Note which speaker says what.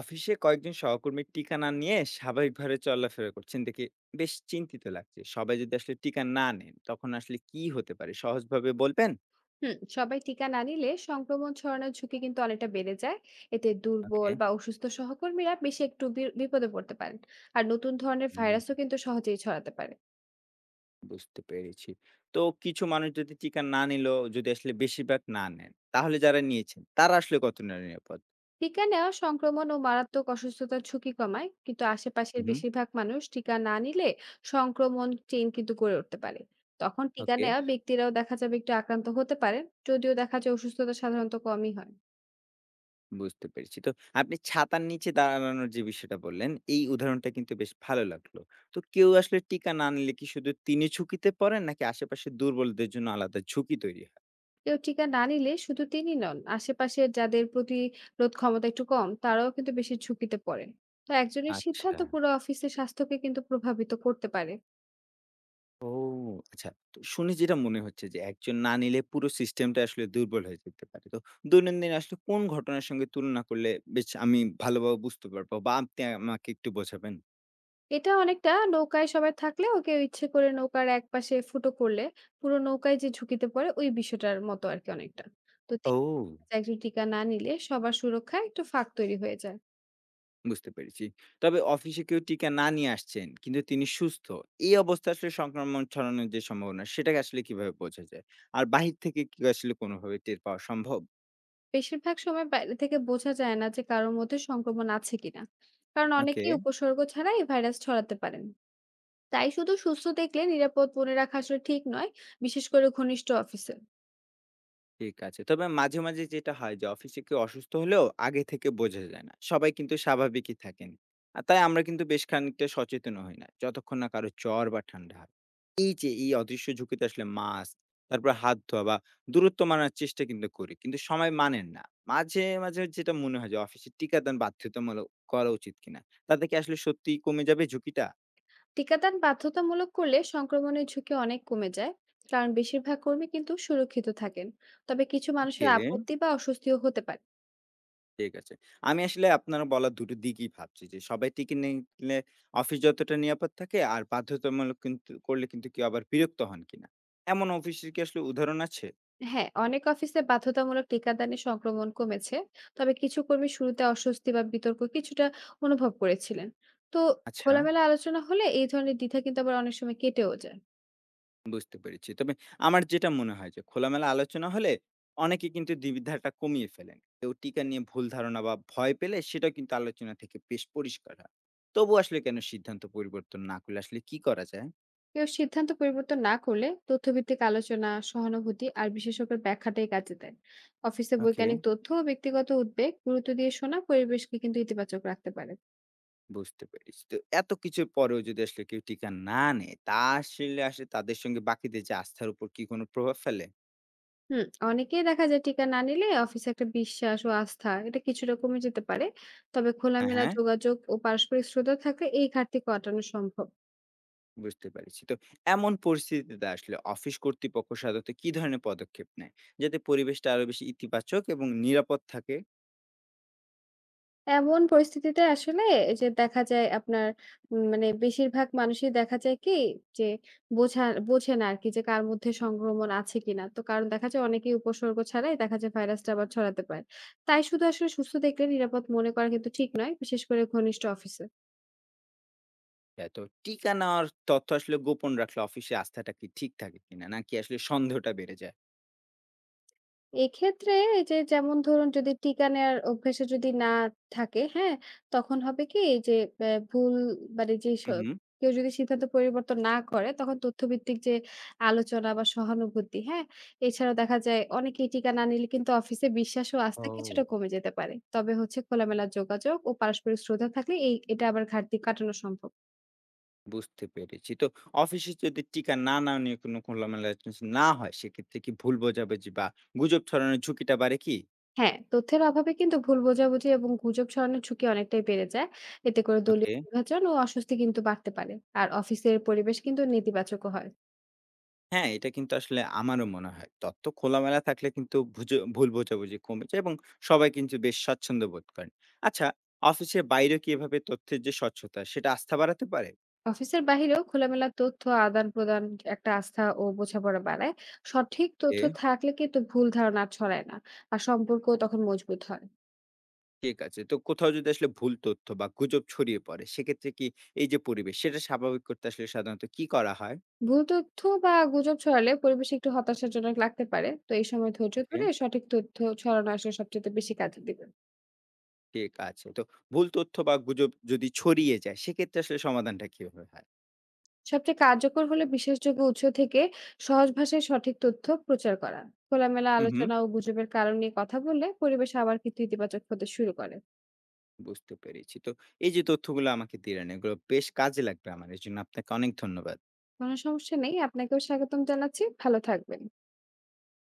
Speaker 1: অফিসে কয়েকজন সহকর্মীর টিকা না নিয়ে স্বাভাবিকভাবে চলাফেরা করছেন দেখে বেশ চিন্তিত লাগছে। সবাই যদি আসলে টিকা না নেন তখন আসলে কি হতে পারে সহজভাবে বলবেন?
Speaker 2: সবাই টিকা না নিলে সংক্রমণ ছড়ানোর ঝুঁকি কিন্তু অনেকটা বেড়ে যায়। এতে
Speaker 1: ওকে।
Speaker 2: দুর্বল বা অসুস্থ সহকর্মীরা বেশি একটু বিপদে পড়তে পারেন। আর নতুন ধরনের
Speaker 1: হুম,
Speaker 2: ভাইরাসও কিন্তু সহজেই ছড়াতে পারে।
Speaker 1: বুঝতে পেরেছি। তো কিছু মানুষ যদি টিকা না নিল, যদি আসলে বেশিরভাগ না নেন তাহলে যারা নিয়েছেন তারা আসলে কত নিরাপদ?
Speaker 2: টিকা নেওয়া সংক্রমণ ও মারাত্মক অসুস্থতার ঝুঁকি কমায়, কিন্তু আশেপাশের
Speaker 1: হুম।
Speaker 2: বেশিরভাগ মানুষ টিকা না নিলে সংক্রমণ চেইন কিন্তু গড়ে উঠতে পারে। তখন টিকা
Speaker 1: ওকে।
Speaker 2: নেওয়া ব্যক্তিরাও দেখা যাবে একটু আক্রান্ত হতে পারে, যদিও দেখা যায় অসুস্থতা সাধারণত কমই হয়।
Speaker 1: বুঝতে পেরেছি। তো আপনি ছাতার নিচে দাঁড়ানোর যে বিষয়টা বললেন, এই উদাহরণটা কিন্তু বেশ ভালো লাগলো। তো কেউ আসলে টিকা না নিলে কি শুধু তিনি ঝুঁকিতে পড়েন নাকি আশেপাশের দুর্বলদের জন্য আলাদা ঝুঁকি তৈরি হয়?
Speaker 2: কেউ টিকা না নিলে শুধু তিনি নন, আশেপাশের যাদের প্রতিরোধ ক্ষমতা একটু কম তারাও কিন্তু বেশি ঝুঁকিতে পড়েন। তো একজনের সিদ্ধান্ত
Speaker 1: আচ্ছা।
Speaker 2: পুরো অফিসের স্বাস্থ্যকে কিন্তু প্রভাবিত করতে পারে।
Speaker 1: ও আচ্ছা। তো শুনে যেটা মনে হচ্ছে যে একজন না নিলে পুরো সিস্টেমটা আসলে দুর্বল হয়ে যেতে পারে। তো দৈনন্দিন আসলে কোন ঘটনার সঙ্গে তুলনা করলে বেশ আমি ভালোভাবে বুঝতে পারবো, বা আপনি আমাকে একটু বোঝাবেন?
Speaker 2: এটা অনেকটা নৌকায় সবাই থাকলেও কেউ ইচ্ছে করে নৌকার একপাশে ফুটো করলে পুরো নৌকায় যে ঝুঁকিতে পড়ে ওই বিষয়টার মতো আর কি, অনেকটা তো তিনি
Speaker 1: ও!
Speaker 2: একজন টিকা না নিলে সবার সুরক্ষায় একটু ফাঁক তৈরি হয়ে যায়।
Speaker 1: বুঝতে পেরেছি। তবে অফিসে কেউ টিকা না নিয়ে আসছেন, কিন্তু তিনি সুস্থ। এই অবস্থায় আসলে সংক্রমণ ছড়ানোর যে সম্ভাবনা, সেটাকে আসলে কিভাবে বোঝা যায়? আর বাহির থেকে কি আসলে কোনোভাবে টের পাওয়া সম্ভব?
Speaker 2: বেশিরভাগ সময় বাইরে থেকে বোঝা যায় না যে কারোর মধ্যে সংক্রমণ আছে কিনা, কারণ
Speaker 1: ওকে।
Speaker 2: অনেকেই উপসর্গ ছাড়াই ভাইরাস ছড়াতে পারেন। তাই শুধু সুস্থ দেখলে নিরাপদ মনে রাখা আসলে ঠিক নয়, বিশেষ করে ঘনিষ্ঠ অফিসে।
Speaker 1: ঠিক আছে। তবে মাঝে মাঝে যেটা হয় যে অফিসে কেউ অসুস্থ হলেও আগে থেকে বোঝা যায় না। সবাই কিন্তু স্বাভাবিকই থাকেন। আর তাই আমরা কিন্তু বেশ খানিকটা সচেতন হই না, যতক্ষণ না কারো জ্বর বা ঠান্ডা হয়। এই যে এই অদৃশ্য ঝুঁকিতে আসলে মাস্ক, তারপর হাত ধোয়া বা দূরত্ব মানার চেষ্টা কিন্তু করি। কিন্তু সবাই মানেন না। মাঝে মাঝে যেটা মনে হয় যে অফিসে টিকাদান বাধ্যতামূলক করা উচিত কিনা? তাতে কি আসলে সত্যিই কমে যাবে ঝুঁকিটা?
Speaker 2: টিকাদান বাধ্যতামূলক করলে সংক্রমণের ঝুঁকি অনেক কমে যায়, কারণ বেশিরভাগ কর্মী কিন্তু সুরক্ষিত থাকেন। তবে কিছু মানুষের
Speaker 1: ওকে।
Speaker 2: আপত্তি বা অস্বস্তিও হতে পারে।
Speaker 1: ঠিক আছে। আমি আসলে আপনার বলা ২ টো দিকই ভাবছি, যে সবাই টিকে নিলে অফিস যতটা নিরাপদ থাকে, আর বাধ্যতামূলক কিন্তু করলে কিন্তু কেউ আবার বিরক্ত হন কিনা। এমন অফিসের কি আসলে উদাহরণ আছে?
Speaker 2: হ্যাঁ, অনেক অফিসে বাধ্যতামূলক টিকাদানে সংক্রমণ কমেছে, তবে কিছু কর্মী শুরুতে অস্বস্তি বা বিতর্ক কিছুটা অনুভব করেছিলেন। তো
Speaker 1: আচ্ছা,
Speaker 2: খোলামেলা আলোচনা হলে এই ধরনের দ্বিধা কিন্তু আবার অনেক সময় কেটেও যায়।
Speaker 1: বুঝতে পেরেছি। তবে আমার যেটা মনে হয় যে খোলামেলা আলোচনা হলে অনেকে কিন্তু দ্বিবিধাটা কমিয়ে ফেলেন। কেউ টিকা নিয়ে ভুল ধারণা বা ভয় পেলে সেটাও কিন্তু আলোচনা থেকে বেশ পরিষ্কার হয়। তবুও আসলে কেন সিদ্ধান্ত পরিবর্তন না করলে আসলে কি করা যায়?
Speaker 2: কেউ সিদ্ধান্ত পরিবর্তন না করলে তথ্যভিত্তিক আলোচনা, সহানুভূতি আর বিশেষজ্ঞের ব্যাখ্যাটাই কাজে দেয়। অফিসে
Speaker 1: ওকে।
Speaker 2: বৈজ্ঞানিক তথ্য ও ব্যক্তিগত উদ্বেগ গুরুত্ব দিয়ে শোনা পরিবেশকে কিন্তু ইতিবাচক রাখতে পারে।
Speaker 1: বুঝতে পেরেছি। তো এত কিছুর পরেও যদি আসলে কেউ টিকা না নেয়, তা আসলে আসে তাদের সঙ্গে বাকিদের যে আস্থার উপর কি কোনো প্রভাব ফেলে?
Speaker 2: হুম অনেকেই দেখা যায় টিকা না নিলে অফিসে একটা বিশ্বাস ও আস্থা এটা কিছুটা কমে যেতে পারে। তবে
Speaker 1: হ্যাঁ,
Speaker 2: খোলামেলা
Speaker 1: হ্যাঁ,
Speaker 2: যোগাযোগ ও পারস্পরিক শ্রদ্ধা থাকলে এই ঘাটতি কাটানো সম্ভব।
Speaker 1: বুঝতে পেরেছি। তো এমন পরিস্থিতিতে আসলে অফিস কর্তৃপক্ষ সাধারণত কি ধরনের পদক্ষেপ নেয়, যাতে পরিবেশটা আরো বেশি ইতিবাচক এবং নিরাপদ থাকে?
Speaker 2: এমন পরিস্থিতিতে আসলে এই যে দেখা যায় আপনার মানে বেশিরভাগ মানুষই দেখা যায় কি যে বোঝা বোঝে না আরকি, যে কার মধ্যে সংক্রমণ আছে কিনা। তো কারণ দেখা যায় অনেকেই উপসর্গ ছাড়াই দেখা যায় ভাইরাসটা আবার ছড়াতে পারে। তাই শুধু আসলে সুস্থ দেখলে নিরাপদ মনে করা কিন্তু ঠিক নয়, বিশেষ করে ঘনিষ্ঠ অফিসে।
Speaker 1: হ্যাঁ, তো টিকা নেওয়ার তথ্য আসলে গোপন রাখলে অফিসে আস্থাটা কি ঠিক থাকে কিনা? নাকি আসলে সন্দেহটা বেড়ে যায়?
Speaker 2: এক্ষেত্রে এই যে যেমন ধরুন, যদি টিকা নেয়ার অভ্যাসে যদি না থাকে, হ্যাঁ? তখন হবে কি এই যে ব্যা ভুল মানে যে স
Speaker 1: হু, হু।
Speaker 2: কেউ যদি সিদ্ধান্ত পরিবর্তন না করে তখন তথ্যভিত্তিক যে আলোচনা বা সহানুভূতি, হ্যাঁ? এছাড়াও দেখা যায় অনেকেই টিকা না নিলে কিন্তু অফিসে বিশ্বাস ও আস্থা কিছুটা
Speaker 1: ও।
Speaker 2: কমে যেতে পারে। তবে হচ্ছে খোলামেলা যোগাযোগ ও পারস্পরিক শ্রদ্ধা থাকলে এটা আবার ঘাটতি কাটানো সম্ভব।
Speaker 1: বুঝতে পেরেছি। তো অফিসে যদি টিকা না নেওয়া নিয়ে কোনো খোলামেলা আলোচনা না হয়, সেক্ষেত্রে কি ভুল বোঝাবুঝি বা গুজব ছড়ানোর ঝুঁকিটা বাড়ে কি?
Speaker 2: হ্যাঁ, তথ্যের অভাবে কিন্তু ভুল বোঝাবুঝি এবং গুজব ছড়ানোর ঝুঁকি অনেকটাই বেড়ে যায়। এতে করে দলীয়
Speaker 1: ওকে।
Speaker 2: বিভাজন ও অস্বস্তি কিন্তু বাড়তে পারে। আর অফিসের পরিবেশ কিন্তু নেতিবাচকও হয়।
Speaker 1: হ্যাঁ, এটা কিন্তু আসলে আমারও মনে হয়। তথ্য খোলামেলা থাকলে কিন্তু ভুল বোঝাবুঝি কমে যায়, এবং সবাই কিন্তু বেশ স্বচ্ছন্দ্য বোধ করেন। আচ্ছা, অফিসের বাইরে কি এভাবে তথ্যের যে স্বচ্ছতা, সেটা আস্থা বাড়াতে পারে?
Speaker 2: অফিসের বাহিরেও খোলামেলা তথ্য আদান-প্রদান একটা আস্থা ও বোঝাপড়া বাড়ায়। সঠিক তথ্য
Speaker 1: ওকে,
Speaker 2: থাকলে কিন্তু ভুল ধারণা আর ছড়ায় না। আর সম্পর্কও তখন মজবুত হয়।
Speaker 1: ঠিক আছে। তো কোথাও যদি আসলে ভুল তথ্য বা গুজব ছড়িয়ে পড়ে, সেক্ষেত্রে কি এই যে পরিবেশ, সেটা স্বাভাবিক করতে আসলে সাধারণত কি করা হয়?
Speaker 2: ভুল তথ্য বা গুজব ছড়ালে পরিবেশ একটু হতাশাজনক লাগতে পারে। তো এই সময় ধৈর্য
Speaker 1: ওকে।
Speaker 2: ধরে সঠিক তথ্য ছড়ানো আসলে সবচাইতে বেশি কাজে দিবে।
Speaker 1: ঠিক আছে। তো ভুল তথ্য বা গুজব যদি ছড়িয়ে যায় সেক্ষেত্রে আসলে সমাধানটা কিভাবে হয়?
Speaker 2: সবচেয়ে কার্যকর হলো বিশ্বাসযোগ্য উৎস থেকে সহজ ভাষায় সঠিক তথ্য প্রচার করা। খোলামেলা
Speaker 1: হুম, হুম।
Speaker 2: আলোচনা ও গুজবের কারণ নিয়ে কথা বললে পরিবেশ আবার কিন্তু ইতিবাচক হতে শুরু করে।
Speaker 1: বুঝতে পেরেছি। তো এই যে তথ্যগুলো আমাকে দিলেন এগুলো বেশ কাজে লাগবে আমার। এজন্য আপনাকে অনেক ধন্যবাদ।
Speaker 2: কোনো সমস্যা নেই, আপনাকেও স্বাগতম জানাচ্ছি। ভালো থাকবেন।